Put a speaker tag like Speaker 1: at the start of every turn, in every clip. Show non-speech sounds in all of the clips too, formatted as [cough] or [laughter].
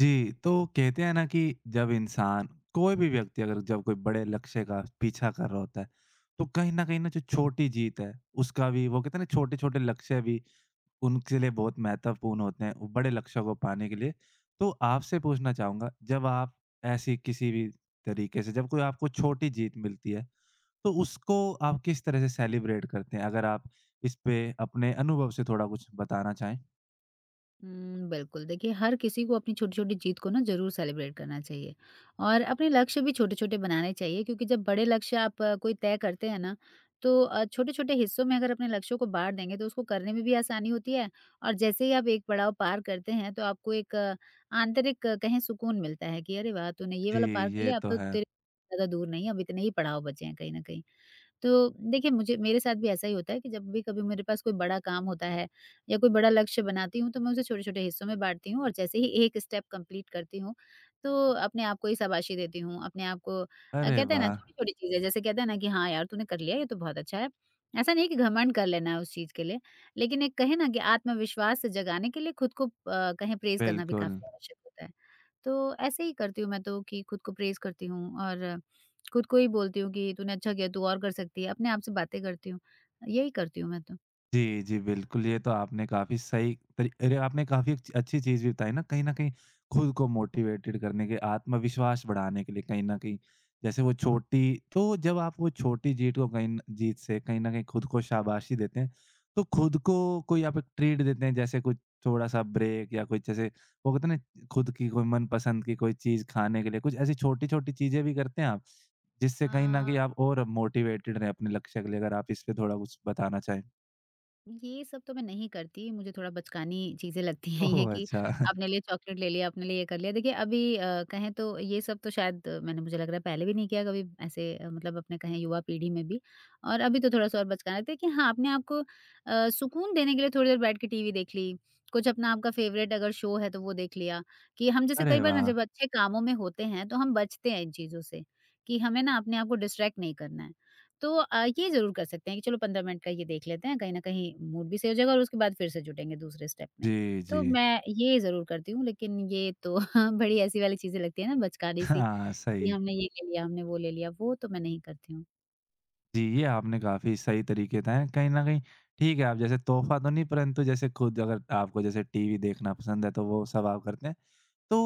Speaker 1: जी, तो कहते हैं ना कि जब इंसान कोई भी व्यक्ति अगर जब कोई बड़े लक्ष्य का पीछा कर रहा होता है, तो कहीं न कहीं ना जो छोटी जीत है, उसका भी वो कहते हैं ना छोटे-छोटे लक्ष्य भी उनके लिए बहुत महत्वपूर्ण होते हैं, वो बड़े लक्ष्य को पाने के लिए। तो आपसे पूछना चाहूँगा, जब आप ऐसी किसी भी तरीके से जब कोई आपको छोटी जीत मिलती है, तो उसको आप किस तरह से सेलिब्रेट करते हैं? अगर आप इस पे अपने अनुभव से थोड़ा कुछ बताना चाहें?
Speaker 2: हुँ, बिल्कुल। देखिए, हर किसी को अपनी छोटी-छोटी जीत को ना ज़रूर सेलिब्रेट करना चाहिए और अपने लक्ष्य भी छोटे-छोटे बनाने चाहिए, क्योंकि जब बड़े लक्ष्य आप कोई तय करते हैं ना, तो छोटे-छोटे हिस्सों में अगर अपने लक्ष्यों को बाँट देंगे, तो उसको करने में भी आसानी होती है। और जैसे ही आप एक पड़ाव पार करते हैं, तो आपको एक आंतरिक कहें सुकून मिलता है कि, "अरे वाह! तूने ये
Speaker 1: जी,
Speaker 2: वाला पार कर
Speaker 1: ये
Speaker 2: लिया, अब
Speaker 1: तो
Speaker 2: तो
Speaker 1: है।
Speaker 2: तेरे ज़्यादा दूर नहीं है, अब इतने ही पड़ाव बचे हैं कहीं न कहीं।" तो देखिए, मुझे मेरे साथ भी ऐसा ही होता है कि जब भी कभी मेरे पास कोई बड़ा काम होता है या कोई बड़ा लक्ष्य बनाती हूँ, तो मैं उसे छोटे-छोटे हिस्सों में बाँटती हूँ और जैसे ही एक स्टेप कंप्लीट करती हूँ, तो अपने आप को ही शाबाशी देती हूँ, अपने आप को
Speaker 1: अरे
Speaker 2: कहते हैं ना
Speaker 1: वाह!
Speaker 2: छोटी-छोटी चीज़ें, जैसे कहते हैं ना कि हाँ यार तूने कर लिया ये तो बहुत अच्छा है। ऐसा नहीं है कि घमंड कर लेना है उस चीज़ के लिए, लेकिन एक कहें ना कि आत्मविश्वास से जगाने के लिए खुद को कहें प्रेज़ करना भी
Speaker 1: बिल्कुल।
Speaker 2: काफ़ी आवश्यक होता है। तो ऐसे ही करती हूँ मैं तो, कि खुद को प्रेज़ करती हूँ और खुद को ही बोलती हूँ कि तूने अच्छा किया, तू और कर सकती है, अपने आप से बातें करती हूँ। यही करती हूँ मैं तो।
Speaker 1: जी, जी, बिल्कुल, ये तो आपने काफ़ी सही तरी अरे, आपने काफ़ी अच्छी अच्छी चीज़ भी बताई ना, कहीं न कहीं खुद को मोटिवेटेड करने के, आत्मविश्वास बढ़ाने के लिए कहीं न कहीं, जैसे वो छोटी तो जब आप वो छोटी जीत को कहीं न जीत से कहीं न कहीं खुद को शाबाशी देते हैं, तो खुद को कोई आप एक ट्रीट देते हैं, जैसे कुछ थोड़ा-सा ब्रेक या कुछ जैसे वो कहते हैं ना, खुद की कोई मनपसंद की कोई चीज़ खाने के लिए, कुछ ऐसी छोटी-छोटी चीज़ें भी करते हैं आप? जिससे कहीं न
Speaker 2: अ,
Speaker 1: कहीं आप और मोटिवेटेड रहें अपने लक्ष्य के लिए, अगर आप इस पे थोड़ा कुछ बताना चाहें?
Speaker 2: ये सब तो मैं नहीं करती, मुझे थोड़ा बचकानी चीज़ें लगती हैं ये
Speaker 1: ओह!
Speaker 2: कि
Speaker 1: अच्छा।
Speaker 2: अपने लिए चॉकलेट ले लिया, अपने लिए ये कर लिया। देखिए अभी कहें तो ये सब तो शायद मैंने मुझे लग रहा है पहले भी नहीं किया कभी ऐसे, मतलब अपने कहें युवा पीढ़ी में भी। और अभी तो थोड़ा-सा और बचकाना रहता है कि हाँ, अपने आप को सुकून देने के लिए थोड़ी देर बैठ के टीवी देख ली, कुछ अपना आपका फ़ेवरेट अगर शो है तो वो देख लिया। कि हम जैसे
Speaker 1: अरे
Speaker 2: कई बार ना
Speaker 1: वाह!
Speaker 2: जब अच्छे कामों में होते हैं, तो हम बचते हैं इन चीज़ों से कि हमें ना अपने आप को डिस्ट्रैक्ट नहीं करना है। तो ये ज़रूर कर सकते हैं कि चलो 15 मिनट का ये देख लेते हैं, कहीं न कहीं मूड भी सही हो जाएगा और उसके बाद फिर से जुटेंगे दूसरे स्टेप में।
Speaker 1: जी, जी।
Speaker 2: तो मैं ये ज़रूर करती हूँ, लेकिन ये तो [laughs] बड़ी ऐसी वाली चीज़ें लगती है ना बचकानी सी,
Speaker 1: हाँ,
Speaker 2: कि
Speaker 1: सही।
Speaker 2: हमने ये ले लिया, हमने वो ले लिया, वो तो मैं नहीं करती हूँ।
Speaker 1: जी, ये आपने काफ़ी सही तरीके बताए हैं। कहीं न कहीं ठीक है, आप जैसे तोहफ़ा तो नहीं परंतु जैसे खुद अगर आपको जैसे टीवी देखना पसंद है, तो वो सब आप करते हैं। तो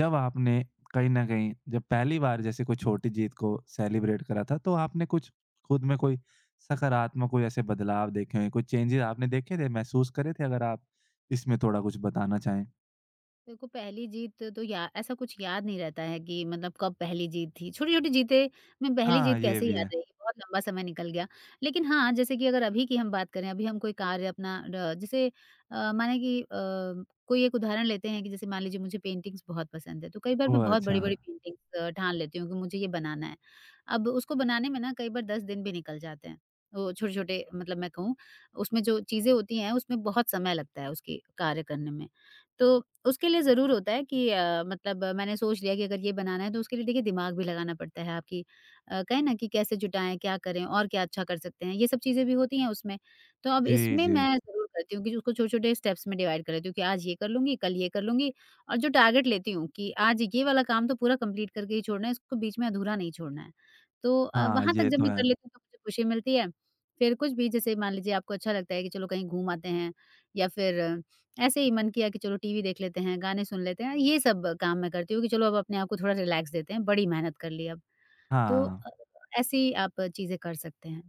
Speaker 1: जब आपने कहीं न कहीं जब पहली बार जैसे कोई छोटी जीत को सेलिब्रेट करा था, तो आपने कुछ खुद में कोई सकारात्मक कोई ऐसे बदलाव देखे हों, कोई चेंजेज़ आपने देखे थे, महसूस करे थे? अगर आप इसमें थोड़ा कुछ बताना चाहें।
Speaker 2: देखो पहली जीत तो या ऐसा कुछ याद नहीं रहता है कि मतलब कब पहली जीत थी। छोटी-छोटी जीतें में पहली
Speaker 1: हाँ,
Speaker 2: जीत
Speaker 1: ये
Speaker 2: कैसे
Speaker 1: भी
Speaker 2: याद
Speaker 1: है।
Speaker 2: रहेगी, बहुत लंबा समय निकल गया। लेकिन हाँ, जैसे कि अगर अभी की हम बात करें, अभी हम कोई कार्य अपना र जैसे माने कि कोई एक उदाहरण लेते हैं कि जैसे मान लीजिए मुझे पेंटिंग्स बहुत पसंद है, तो कई बार
Speaker 1: ओह!
Speaker 2: मैं बहुत
Speaker 1: अच्छा।
Speaker 2: बड़ी-बड़ी पेंटिंग्स ठान लेती हूँ कि मुझे ये बनाना है। अब उसको बनाने में ना कई बार 10 दिन भी निकल जाते हैं। वो छोटे-छोटे मतलब मैं कहूँ उसमें जो चीज़ें होती हैं, उसमें बहुत समय लगता है उसके कार्य करने में। तो उसके लिए ज़रूर होता है कि मतलब मैंने सोच लिया कि अगर ये बनाना है तो उसके लिए देखिए दिमाग भी लगाना पड़ता है आपकी, कहें ना कि कैसे जुटाएँ, क्या करें और क्या अच्छा कर सकते हैं, ये सब चीज़ें भी होती हैं उसमें। तो अब
Speaker 1: जी,
Speaker 2: इसमें
Speaker 1: जी।
Speaker 2: मैं ज़रूर करती हूँ कि उसको छोटे-छोटे स्टेप्स में डिवाइड कर लेती हूँ कि आज ये कर लूँगी, कल ये कर लूँगी और जो टारगेट लेती हूँ कि आज ये वाला काम तो पूरा कंप्लीट करके ही छोड़ना है, इसको बीच में अधूरा नहीं छोड़ना है। तो
Speaker 1: हाँ,
Speaker 2: वहाँ तक
Speaker 1: ये
Speaker 2: जब
Speaker 1: तो
Speaker 2: मैं
Speaker 1: है।
Speaker 2: कर लेती हूँ तो मुझे खुशी मिलती है। फिर कुछ भी जैसे मान लीजिए आपको अच्छा लगता है कि चलो कहीं घूम आते हैं या फिर ऐसे ही मन किया कि चलो टीवी देख लेते हैं, गाने सुन लेते हैं, ये सब काम मैं करती हूँ कि चलो अब अपने आप को थोड़ा रिलैक्स देते हैं, बड़ी मेहनत कर ली अब। तो
Speaker 1: हाँ।
Speaker 2: ऐसी आप चीज़ें कर सकते हैं।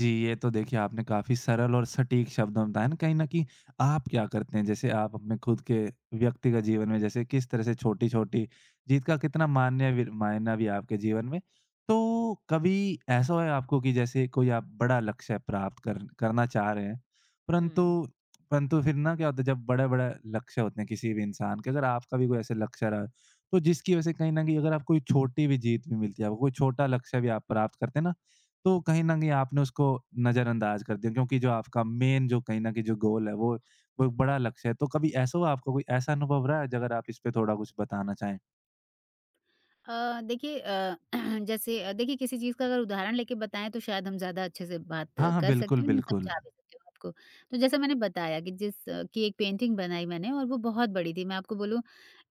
Speaker 1: जी, ये तो देखिए आपने काफ़ी सरल और सटीक शब्दों में बताया ना कहीं न कहीं आप क्या करते हैं? जैसे आप अपने खुद के व्यक्तिगत जीवन में जैसे किस तरह से छोटी-छोटी जीत का कितना मान्य वि मायना भी है आपके जीवन में? तो कभी ऐसा हुआ है आपको कि जैसे कोई आप बड़ा लक्ष्य प्राप्त कर करना चाह रहे हैं,
Speaker 2: हुँ।
Speaker 1: परंतु परंतु फिर ना क्या होता है जब बड़ा-बड़ा लक्ष्य होते हैं किसी भी इंसान के, अगर आपका भी कोई ऐसे लक्ष्य रहा, तो जिसकी वजह से कहीं न कहीं अगर आप कोई छोटी भी जीत भी मिलती है, आपको कोई छोटा लक्ष्य भी आप प्राप्त करते हैं ना तो कहीं न कहीं आपने उसको नज़रअंदाज कर दिया क्योंकि जो आपका मेन जो कहीं न कहीं जो गोल है वो एक बड़ा लक्ष्य है। तो कभी ऐसा हुआ आपको कोई ऐसा अनुभव रहा है ज अगर आप इस पे थोड़ा कुछ बताना चाहें?
Speaker 2: देखिए [clears throat] जैसे देखिए किसी चीज़ का अगर उदाहरण लेके बताएँ तो शायद हम ज़्यादा अच्छे से बात
Speaker 1: हाँ, हाँ,
Speaker 2: कर
Speaker 1: बिल्कुल,
Speaker 2: सकते हैं, मैं
Speaker 1: बिल्कुल।
Speaker 2: समझा भी सकती हूँ आपको। तो जैसा मैंने बताया कि जिस कि एक पेंटिंग बनाई मैंने और वो बहुत बड़ी थी, मैं आपको बोलूँ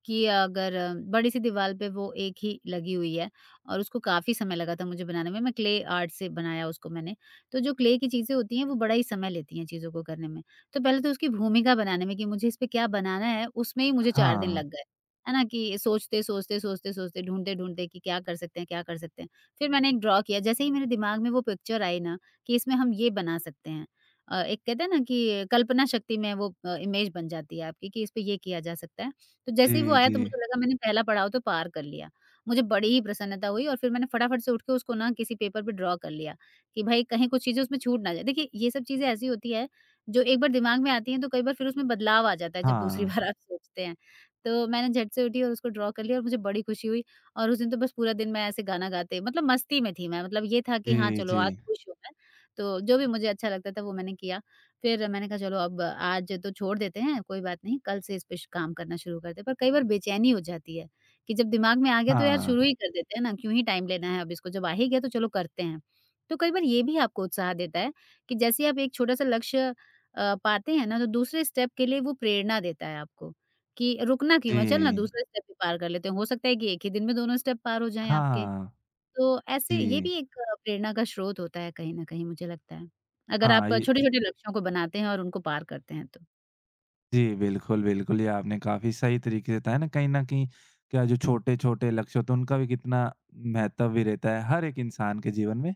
Speaker 2: कि अगर बड़ी-सी दीवार पे वो एक ही लगी हुई है और उसको काफ़ी समय लगा था मुझे बनाने में, मैं क्ले आर्ट से बनाया उसको मैंने। तो जो क्ले की चीज़ें होती हैं वो बड़ा ही समय लेती हैं चीज़ों को करने में। तो पहले तो उसकी भूमिका बनाने में कि मुझे इस पे क्या बनाना है, उसमें ही मुझे 4 दिन लग
Speaker 1: हाँ।
Speaker 2: गए। है ना? कि सोचते, सोचते, सोचते, सोचते, ढूँढते-ढूँढते कि क्या कर सकते हैं, क्या कर सकते हैं। फिर मैंने एक ड्रॉ किया, जैसे ही मेरे दिमाग में वो पिक्चर आई ना कि इसमें हम ये बना सकते हैं। एक कहते हैं ना कि कल्पना शक्ति में वो इमेज बन जाती है आपकी कि इस पे ये किया जा सकता है। तो जैसे ही वो
Speaker 1: जी,
Speaker 2: आया
Speaker 1: जी।
Speaker 2: तो मुझे लगा मैंने पहला पड़ाव तो पार कर लिया। मुझे बड़ी ही प्रसन्नता हुई और फिर मैंने फटाफट से उठ के उसको ना किसी पेपर पे ड्रॉ कर लिया, कि भई कहीं कुछ चीज़ें उसमें छूट ना जाए। देखिए ये सब चीज़ें ऐसी होती है, जो एक बार दिमाग में आती हैं तो कई बार फिर उसमें बदलाव आ जाता है जब दूसरी
Speaker 1: हाँ।
Speaker 2: [laughs] बार आप सोचते हैं। तो मैंने झट से उठी और उसको ड्रॉ कर लिया और मुझे बड़ी खुशी हुई। और उस दिन तो बस पूरा दिन मैं ऐसे गाना गाते मतलब मस्ती में थी मैं, मतलब ये था कि हाँ,
Speaker 1: जी,
Speaker 2: चलो
Speaker 1: जी।
Speaker 2: आज खुश हूँ मैं, तो जो भी मुझे अच्छा लगता था वो मैंने किया। फिर मैंने कहा चलो अब आज तो छोड़ देते हैं, कोई बात नहीं, कल से इस पे श काम करना शुरू करते हैं। पर कई बार बेचैनी हो जाती है, कि जब दिमाग में आ गया तो यार
Speaker 1: हाँ।
Speaker 2: शुरू ही कर देते हैं ना, क्यों ही टाइम लेना है अब इसको, जब आ ही गया तो चलो करते हैं। तो कई बार ये भी आपको उत्साह देता है, कि जैसे ही आप एक छोटा-सा लक्ष्य पाते हैं ना, तो दूसरे स्टेप के लिए वो प्रेरणा देता है आपको, कि रुकना क्यों है, चल ना
Speaker 1: जी।
Speaker 2: दूसरे स्टेप भी पार कर लेते हैं। हो सकता है कि एक ही दिन में दोनों स्टेप पार हो जाएँ आपके।
Speaker 1: हाँ।
Speaker 2: तो ऐसे ये
Speaker 1: जी।
Speaker 2: भी एक प्रेरणा का स्रोत होता है कहीं न कहीं मुझे लगता है। अगर
Speaker 1: हाँ,
Speaker 2: आप
Speaker 1: ये
Speaker 2: छोटे-छोटे लक्ष्यों को बनाते हैं और उनको पार करते हैं तो।
Speaker 1: जी, बिल्कुल, बिल्कुल। ये आपने काफ़ी सही तरीके से बताया ना कहीं न कहीं क्या जो छोटे-छोटे लक्ष्य होते हैं उनका भी कितना महत्व भी रहता है हर एक इंसान के जीवन में।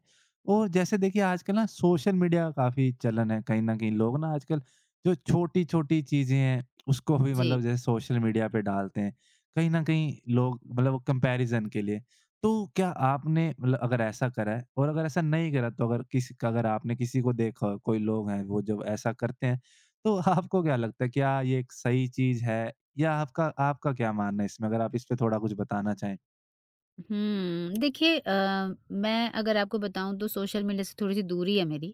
Speaker 1: और जैसे देखिए आजकल ना सोशल मीडिया का काफ़ी चलन है, कहीं न कहीं लोग ना आजकल जो छोटी-छोटी चीज़ें हैं उसको भी
Speaker 2: जी।
Speaker 1: मतलब जैसे सोशल मीडिया पे डालते हैं। कहीं न कहीं लोग मतलब वो कंपैरिज़न के लिए। तो क्या आपने मतलब अगर ऐसा करा है और अगर ऐसा नहीं करा तो अगर किसी का अगर आपने किसी को देखा हो कोई लोग हैं वो जब ऐसा करते हैं तो आपको क्या लगता है क्या ये एक सही चीज़ है? या आपका आपका क्या मानना है इसमें? अगर आप इस पे थोड़ा कुछ बताना चाहें।
Speaker 2: हुँ, देखिए मैं अगर आपको बताऊँ तो सोशल मीडिया से थोड़ी-सी दूरी है मेरी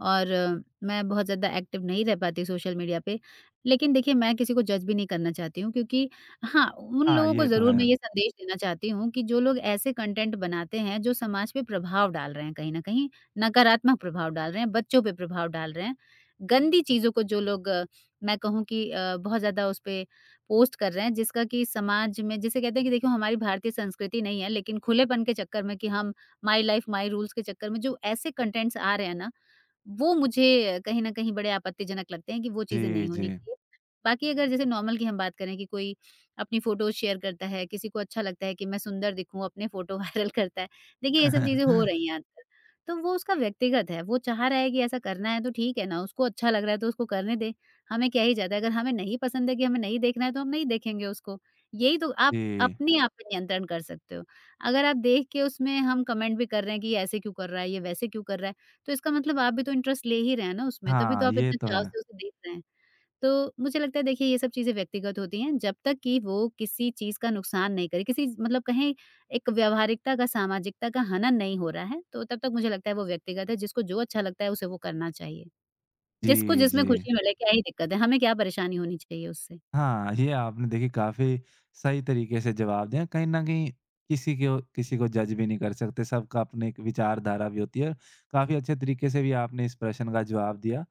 Speaker 2: और मैं बहुत ज़्यादा एक्टिव नहीं रह पाती सोशल मीडिया पे। लेकिन देखिए मैं किसी को जज भी नहीं करना चाहती हूँ, क्योंकि हाँ, उन
Speaker 1: हाँ,
Speaker 2: लोगों को
Speaker 1: ये तो
Speaker 2: ज़रूर
Speaker 1: है।
Speaker 2: मैं ये संदेश देना चाहती हूँ कि जो लोग ऐसे कंटेंट बनाते हैं जो समाज पे प्रभाव डाल रहे हैं कहीं न कहीं, नकारात्मक प्रभाव डाल रहे हैं, बच्चों पे प्रभाव डाल रहे हैं, गंदी चीज़ों को जो लोग मैं कहूँ कि बहुत ज़्यादा उसपे पोस्ट कर रहे हैं, जिसका कि समाज में जिसे कहते हैं कि देखो हमारी भारतीय संस्कृति नहीं है, लेकिन खुलेपन के चक्कर में कि हम माय लाइफ माय रूल्स के चक्कर में जो ऐसे कंटेंट्स आ रहे हैं ना, वो मुझे कहीं न कहीं बड़े आपत्तिजनक लगते हैं कि वो चीज़ें
Speaker 1: जी,
Speaker 2: नहीं
Speaker 1: जी।
Speaker 2: होनी चाहिए। बाकी अगर जैसे नॉर्मल की हम बात करें कि कोई अपनी फ़ोटोज़ शेयर करता है, किसी को अच्छा लगता है कि मैं सुंदर दिखूँ, अपने फ़ोटो [laughs] वायरल करता है। देखिए ये सब चीज़ें हो
Speaker 1: [laughs]
Speaker 2: रही हैं आजकल, तो वो उसका व्यक्तिगत है, वो चाह रहा है कि ऐसा करना है तो ठीक है ना, उसको अच्छा लग रहा है तो उसको करने दें, हमें क्या ही जाता है। अगर हमें नहीं पसंद है कि हमें नहीं देखना है तो हम नहीं देखेंगे उसको, यही तो आप
Speaker 1: जी।
Speaker 2: अपने आप पे नियंत्रण कर सकते हो। अगर आप देख के उसमें हम कमेंट भी कर रहे हैं कि ये ऐसे क्यों कर रहा है, ये वैसे क्यों कर रहा है, तो इसका मतलब आप भी तो इंटरेस्ट ले ही रहे हैं ना उसमें, तभी तो
Speaker 1: हाँ,
Speaker 2: आप
Speaker 1: ये
Speaker 2: इतने
Speaker 1: तो
Speaker 2: चाव से
Speaker 1: है।
Speaker 2: उसे देख रहे हैं। तो मुझे लगता है देखिए ये सब चीज़ें व्यक्तिगत होती हैं, जब तक कि वो किसी चीज़ का नुकसान नहीं करे, किसी मतलब कहें एक व्यावहारिकता का, सामाजिकता का हनन नहीं हो रहा है, तो तब तक मुझे लगता है वो व्यक्तिगत है, जिसको जो अच्छा लगता है उसे वो करना चाहिए। जिसको
Speaker 1: जी,
Speaker 2: जिसमें
Speaker 1: जी।
Speaker 2: खुशी मिले, क्या ही दिक्कत है? हमें क्या परेशानी होनी चाहिए उससे?
Speaker 1: हाँ, ये आपने देखिए काफ़ी सही तरीके से जवाब दिया। कहीं न कहीं किसी को जज भी नहीं कर सकते, सबका अपनी एक विचारधारा भी होती है। काफ़ी अच्छे तरीके से भी आपने इस प्रश्न का जवाब दिया।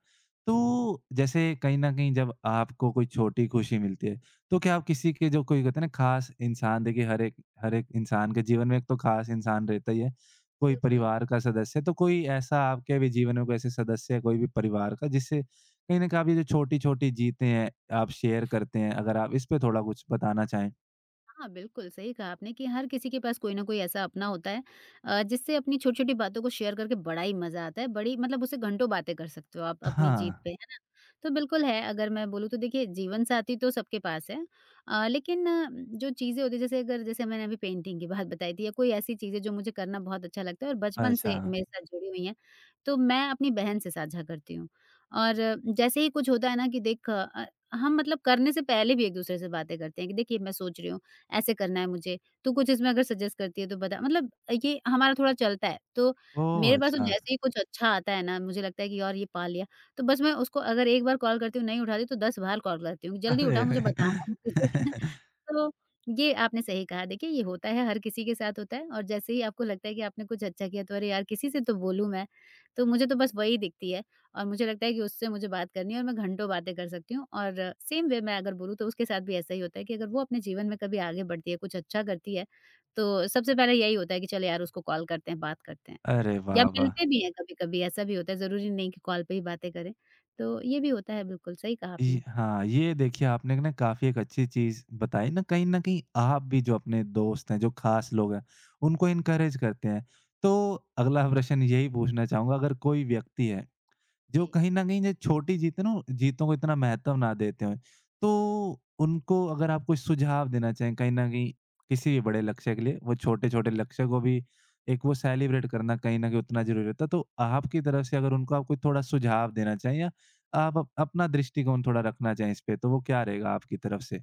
Speaker 1: तो जैसे कहीं न कहीं जब आपको कोई छोटी खुशी मिलती है, तो क्या आप किसी के जो कोई कहते हैं ना ख़ास इंसान देखिए हर एक इंसान के जीवन में एक तो ख़ास इंसान रहता ही है, कोई
Speaker 2: बिल्कुल।
Speaker 1: परिवार का सदस्य। तो कोई ऐसा आपके भी जीवन में कोई ऐसे सदस्य है कोई भी परिवार का जिससे कहीं न कहीं आप ये जो छोटी-छोटी जीतें हैं, आप शेयर करते हैं, अगर आप इस पे थोड़ा कुछ बताना चाहें?
Speaker 2: हाँ, बिल्कुल, सही कहा आपने कि हर किसी के पास कोई ना कोई ऐसा अपना होता है, जिससे अपनी छोटी-छोटी बातों को शेयर करके बड़ा ही मज़ा आता है, बड़ी मतलब उससे घंटों बातें कर सकते हो आप अपनी
Speaker 1: हाँ।
Speaker 2: जीत पे, है ना? तो बिल्कुल है, अगर मैं बोलूँ तो देखिए जीवनसाथी तो सबके पास है, लेकिन जो चीज़ें होती हैं जैसे अगर जैसे मैंने अभी पेंटिंग की बात बताई थी, या कोई ऐसी चीज़ें जो मुझे करना बहुत अच्छा लगता है और बचपन
Speaker 1: अच्छा।
Speaker 2: से मेरे साथ जुड़ी हुई हैं, तो मैं अपनी बहन से साझा करती हूँ। और जैसे ही कुछ होता है ना कि देख हम मतलब करने से पहले भी एक-दूसरे से बातें करते हैं कि देखिए मैं सोच रही हूँ ऐसे करना है मुझे, तू कुछ इसमें अगर सजेस्ट करती है तो बता। मतलब ये हमारा थोड़ा चलता है। तो
Speaker 1: ओह!
Speaker 2: मेरे पास तो हुँ।
Speaker 1: अच्छा।
Speaker 2: जैसे ही कुछ अच्छा आता है ना, मुझे लगता है कि यार ये पा लिया, तो बस मैं उसको अगर एक बार कॉल करती हूँ, नहीं उठाती तो 10 बार कॉल करती हूँ, जल्दी
Speaker 1: अरे!
Speaker 2: उठा मुझे बताना है तुझे।
Speaker 1: [laughs]
Speaker 2: तो ये आपने सही कहा। देखिए, ये होता है, हर किसी के साथ होता है, और जैसे ही आपको लगता है कि आपने कुछ अच्छा किया, तो अरे यार! किसी से तो बोलूँ मैं। तो मुझे तो बस वही दिखती है, और मुझे लगता है कि उससे मुझे बात करनी है और मैं घंटों बातें कर सकती हूँ। और सेम वे मैं अगर बोलूँ, तो उसके साथ भी ऐसा ही होता है कि अगर वो अपने जीवन में कभी आगे बढ़ती है, कुछ अच्छा करती है, तो सबसे पहले यही होता है कि चलो यार, उसको कॉल करते हैं, बात करते हैं,
Speaker 1: अरे
Speaker 2: या
Speaker 1: वाह, वाह!
Speaker 2: मिलते भी हैं कभी-कभी, ऐसा भी होता है। ज़रूरी नहीं कि कॉल पे ही बातें करें। तो ये भी होता है, बिल्कुल सही कहा
Speaker 1: ये
Speaker 2: आपने।
Speaker 1: हाँ, ये देखिए आपने ना काफ़ी एक अच्छी चीज़ बताई ना कहीं न कहीं आप भी जो अपने दोस्त हैं, जो खास लोग हैं, उनको एनकरेज करते हैं। तो अगला प्रश्न यही पूछना चाहूँगा अगर कोई व्यक्ति है
Speaker 2: जी।
Speaker 1: जो कहीं न कहीं ये छोटी जीत है ना जीतों को इतना महत्व ना देते हों। तो उनको अगर आप कुछ सुझाव देना चाहें कहीं न कहीं किसी भी बड़े लक्ष्य के लिए, वो छोटे-छोटे लक्ष्य को भी एक वो सेलिब्रेट करना कहीं न कहीं उतना ज़रूरी होता है। तो आपकी तरफ से अगर उनको आप कोई थोड़ा सुझाव देना चाहें या आप अप अपना दृष्टिकोण थोड़ा रखना चाहें इस पे तो वो क्या रहेगा आपकी तरफ से?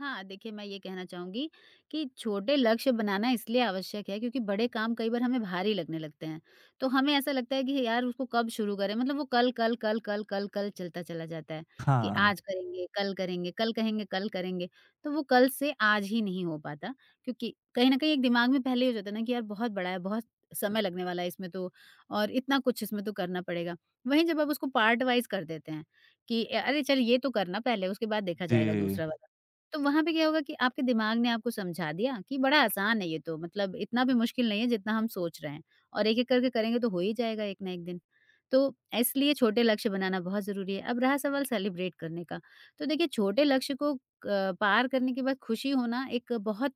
Speaker 2: हाँ, देखिए मैं ये कहना चाहूँगी कि छोटे लक्ष्य बनाना इसलिए आवश्यक है, क्योंकि बड़े काम कई बार हमें भारी लगने लगते हैं। तो हमें ऐसा लगता है कि यार उसको कब शुरू करें? मतलब वो कल, कल, कल, कल, कल, कल चलता चला जाता है कि
Speaker 1: हाँ।
Speaker 2: आज करेंगे, कल कहेंगे, कल करेंगे। तो वो कल से आज ही नहीं हो पाता, क्योंकि कहीं न कहीं एक दिमाग में पहले ही हो जाता है ना कि यार बहुत बड़ा है, बहुत समय लगने वाला है इसमें, तो और इतना कुछ इसमें तो करना पड़ेगा। वहीं जब आप उसको पार्ट वाइज़ कर देते हैं कि अरे चल ये तो करना पहले, उसके बाद देखा जाएगा
Speaker 1: जी।
Speaker 2: दूसरा वाला। तो वहाँ पे क्या होगा कि आपके दिमाग ने आपको समझा दिया कि बड़ा आसान है ये तो, मतलब इतना भी मुश्किल नहीं है जितना हम सोच रहे हैं, और एक एक करके करेंगे तो हो ही जाएगा एक ना एक दिन। तो इसलिए छोटे लक्ष्य बनाना बहुत ज़रूरी है। अब रहा सवाल सेलिब्रेट करने का, तो देखिए छोटे लक्ष्य को क पार करने के बाद खुशी होना एक बहुत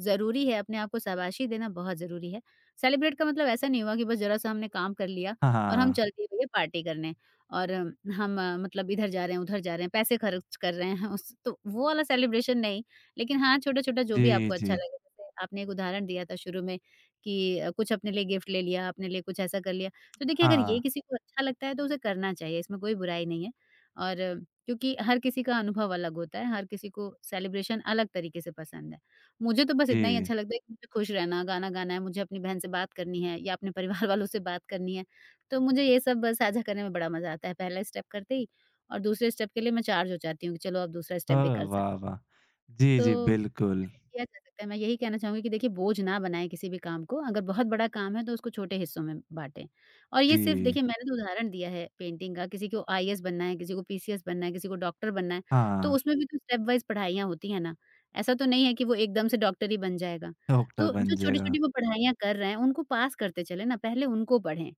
Speaker 2: ज़रूरी है, अपने आप को शाबाशी देना बहुत ज़रूरी है। सेलिब्रेट का मतलब ऐसा नहीं हुआ कि बस ज़रा-सा हमने काम कर लिया
Speaker 1: हाँ,
Speaker 2: और हम
Speaker 1: हाँ।
Speaker 2: चल दिए भैया पार्टी करने। और हम मतलब इधर जा रहे हैं, उधर जा रहे हैं, पैसे खर्च कर रहे हैं, उस तो वो वाला सेलिब्रेशन नहीं, लेकिन हाँ, छोटा-छोटा जो भी
Speaker 1: जी,
Speaker 2: आपको अच्छा
Speaker 1: जी।
Speaker 2: लगे। जैसे आपने एक उदाहरण दिया था शुरू में कि कुछ अपने लिए गिफ्ट ले लिया, अपने लिए कुछ ऐसा कर लिया। तो देखिए अगर
Speaker 1: हाँ।
Speaker 2: ये किसी को अच्छा लगता है तो उसे करना चाहिए, इसमें कोई बुराई नहीं है। और क्योंकि हर किसी का अनुभव अलग होता है, हर किसी को सेलिब्रेशन अलग तरीके से पसंद है। मुझे तो बस इतना ही
Speaker 1: जी।
Speaker 2: अच्छा लगता है कि मुझे खुश रहना, गाना गाना है, मुझे अपनी बहन से बात करनी है या अपने परिवार वालों से बात करनी है। तो मुझे ये सब साझा करने में बड़ा मज़ा आता है। पहला स्टेप करते ही और दूसरे स्टेप के लिए मैं चार्ज हो जाती हूँ कि चलो अब दूसरा
Speaker 1: अ,
Speaker 2: स्टेप भी कर सकते।
Speaker 1: वाह, वाह! जी, जी,
Speaker 2: तो
Speaker 1: बिल्कुल।
Speaker 2: ऐसे किया जा सकता है। मैं यही कहना चाहूँगी कि देखिए बोझ ना बनाएँ किसी भी काम को। अगर बहुत बड़ा काम है, तो उसको छोटे हिस्सों में बाँटें। और ये सिर्फ़
Speaker 1: जी।
Speaker 2: देखिए मैंने तो उदाहरण दिया है पेंटिंग का, किसी को आईएएस बनना है, किसी को पीसीएस बनना है, किसी को डॉक्टर बनना है। तो
Speaker 1: हाँ।
Speaker 2: उसमें भी तो स्टेप वाइज़ पढ़ाइयाँ होती हैं ना। ऐसा तो नहीं है कि वो एकदम से डॉक्टर ही बन जाएगा।
Speaker 1: डॉक्टर
Speaker 2: तो
Speaker 1: बन
Speaker 2: जो
Speaker 1: जाएगा,
Speaker 2: छोटी-छोटी वो पढ़ाइयाँ कर रहे हैं, उनको पास करते चलें ना, पहले उनको पढ़ें।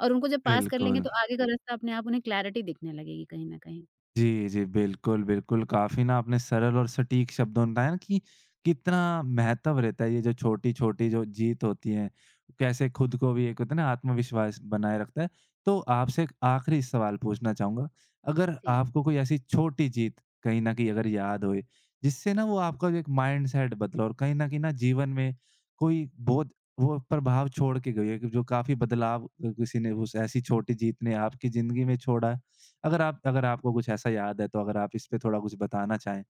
Speaker 2: और उनको जब पास कर लेंगे
Speaker 1: बिल्कुल।
Speaker 2: तो आगे का रास्ता अपने आप उन्हें क्लैरिटी दिखने लगेगी कहीं न कहीं।
Speaker 1: जी, जी। बिल्कुल, बिल्कुल। काफ़ी ना आपने सरल और सटीक शब्दों में बताया ना कि कितना महत्व रहता है ये जो छोटी-छोटी जो जीत होती है, कैसे खुद को भी एक होता है ना आत्मविश्वास बनाए रखता है। तो आपसे एक आखिरी सवाल पूछना चाहूँगा, अगर
Speaker 2: जी।
Speaker 1: आपको कोई ऐसी छोटी जीत कहीं न कहीं अगर याद होए, जिससे ना वो आपका जो एक माइंडसेट बदला और कहीं न कहीं ना जीवन में कोई बहुत वो प्रभाव छोड़ के गई है, जो काफ़ी बदलाव किसी ने उस ऐसी छोटी जीत ने आपकी ज़िंदगी में छोड़ा है? अगर आप अगर आपको कुछ ऐसा याद है, तो अगर आप इस पे थोड़ा कुछ बताना चाहें?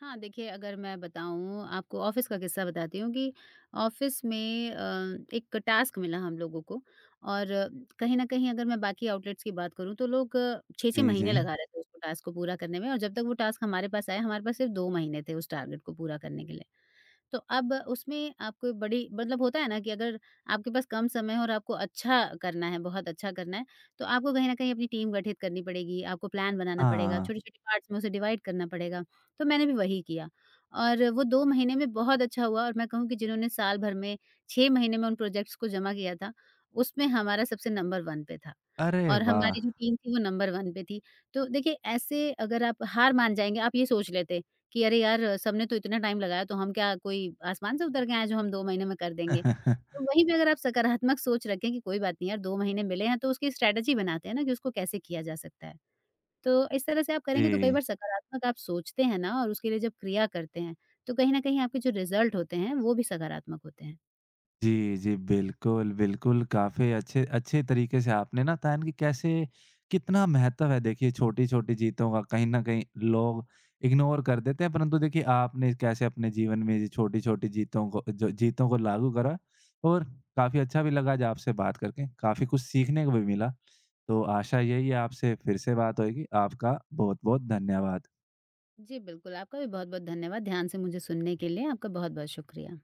Speaker 2: हाँ, देखिए अगर मैं बताऊँ, आपको ऑफ़िस का किस्सा बताती हूँ कि ऑफ़िस में एक टास्क मिला हम लोगों को, और कहीं न कहीं अगर मैं बाकी आउटलेट्स की बात करूँ तो लोग 6-6
Speaker 1: जी, जी।
Speaker 2: महीने लगा रहे थे उसको टास्क को पूरा करने में, और जब तक वो टास्क हमारे पास आया, हमारे पास सिर्फ़ 2 महीने थे उस टारगेट को पूरा करने के लिए। तो अब उसमें आपको बड़ी मतलब होता है ना कि अगर आपके पास कम समय है और आपको अच्छा करना है, बहुत अच्छा करना है, तो आपको कहीं न कहीं अपनी टीम गठित करनी पड़ेगी, आपको प्लान बनाना पड़ेगा,
Speaker 1: हाँ।
Speaker 2: छोटे-छोटे पार्ट्स में उसे डिवाइड करना पड़ेगा। तो मैंने भी वही किया, और वो 2 महीने में बहुत अच्छा हुआ, और मैं कहूँ कि जिन्होंने साल भर में, 6 महीने में उन प्रोजेक्ट्स को जमा किया था, उसमें हमारा सबसे नंबर 1 पे था,
Speaker 1: अरे
Speaker 2: और
Speaker 1: वाह!
Speaker 2: हमारी जो टीम थी वो नंबर 1 पे थी। तो देखिए ऐसे अगर आप हार मान जाएँगे, आप ये सोच लेते कि अरे यार, सबने तो इतना टाइम लगाया, तो हम क्या कोई आसमान से उतर के आए हैं जो हम 2 महीने में कर देंगे। तो
Speaker 1: [laughs]
Speaker 2: वहीं पे अगर आप सकारात्मक सोच रखें कि कोई बात नहीं यार, 2 महीने मिले हैं तो उसकी स्ट्रैटेजी बनाते हैं ना कि उसको कैसे किया जा सकता है। तो इस तरह से आप करेंगे तो कई
Speaker 1: जी।
Speaker 2: बार सकारात्मक आप सोचते हैं ना, और उसके लिए जब क्रिया करते हैं, तो कहीं न कहीं आपके जो रिज़ल्ट होते हैं वो भी सकारात्मक होते हैं।
Speaker 1: जी, जी। बिल्कुल, बिल्कुल। काफ़ी अच्छे अच्छे तरीके से आपने ना बताया कि कैसे कितना महत्व है देखिए छोटी-छोटी जीतों का कहीं न कहीं लोग इग्नोर कर देते हैं, परंतु देखिए आपने कैसे अपने जीवन में ये छोटी-छोटी जीतों को लागू करा और काफ़ी अच्छा भी लगा आज आपसे बात करके, काफ़ी कुछ सीखने को भी मिला। तो आशा यही है आपसे फिर से बात होएगी। आपका बहुत-बहुत धन्यवाद।
Speaker 2: जी बिल्कुल, आपका भी बहुत-बहुत धन्यवाद ध्यान से मुझे सुनने के लिए, आपका बहुत-बहुत शुक्रिया।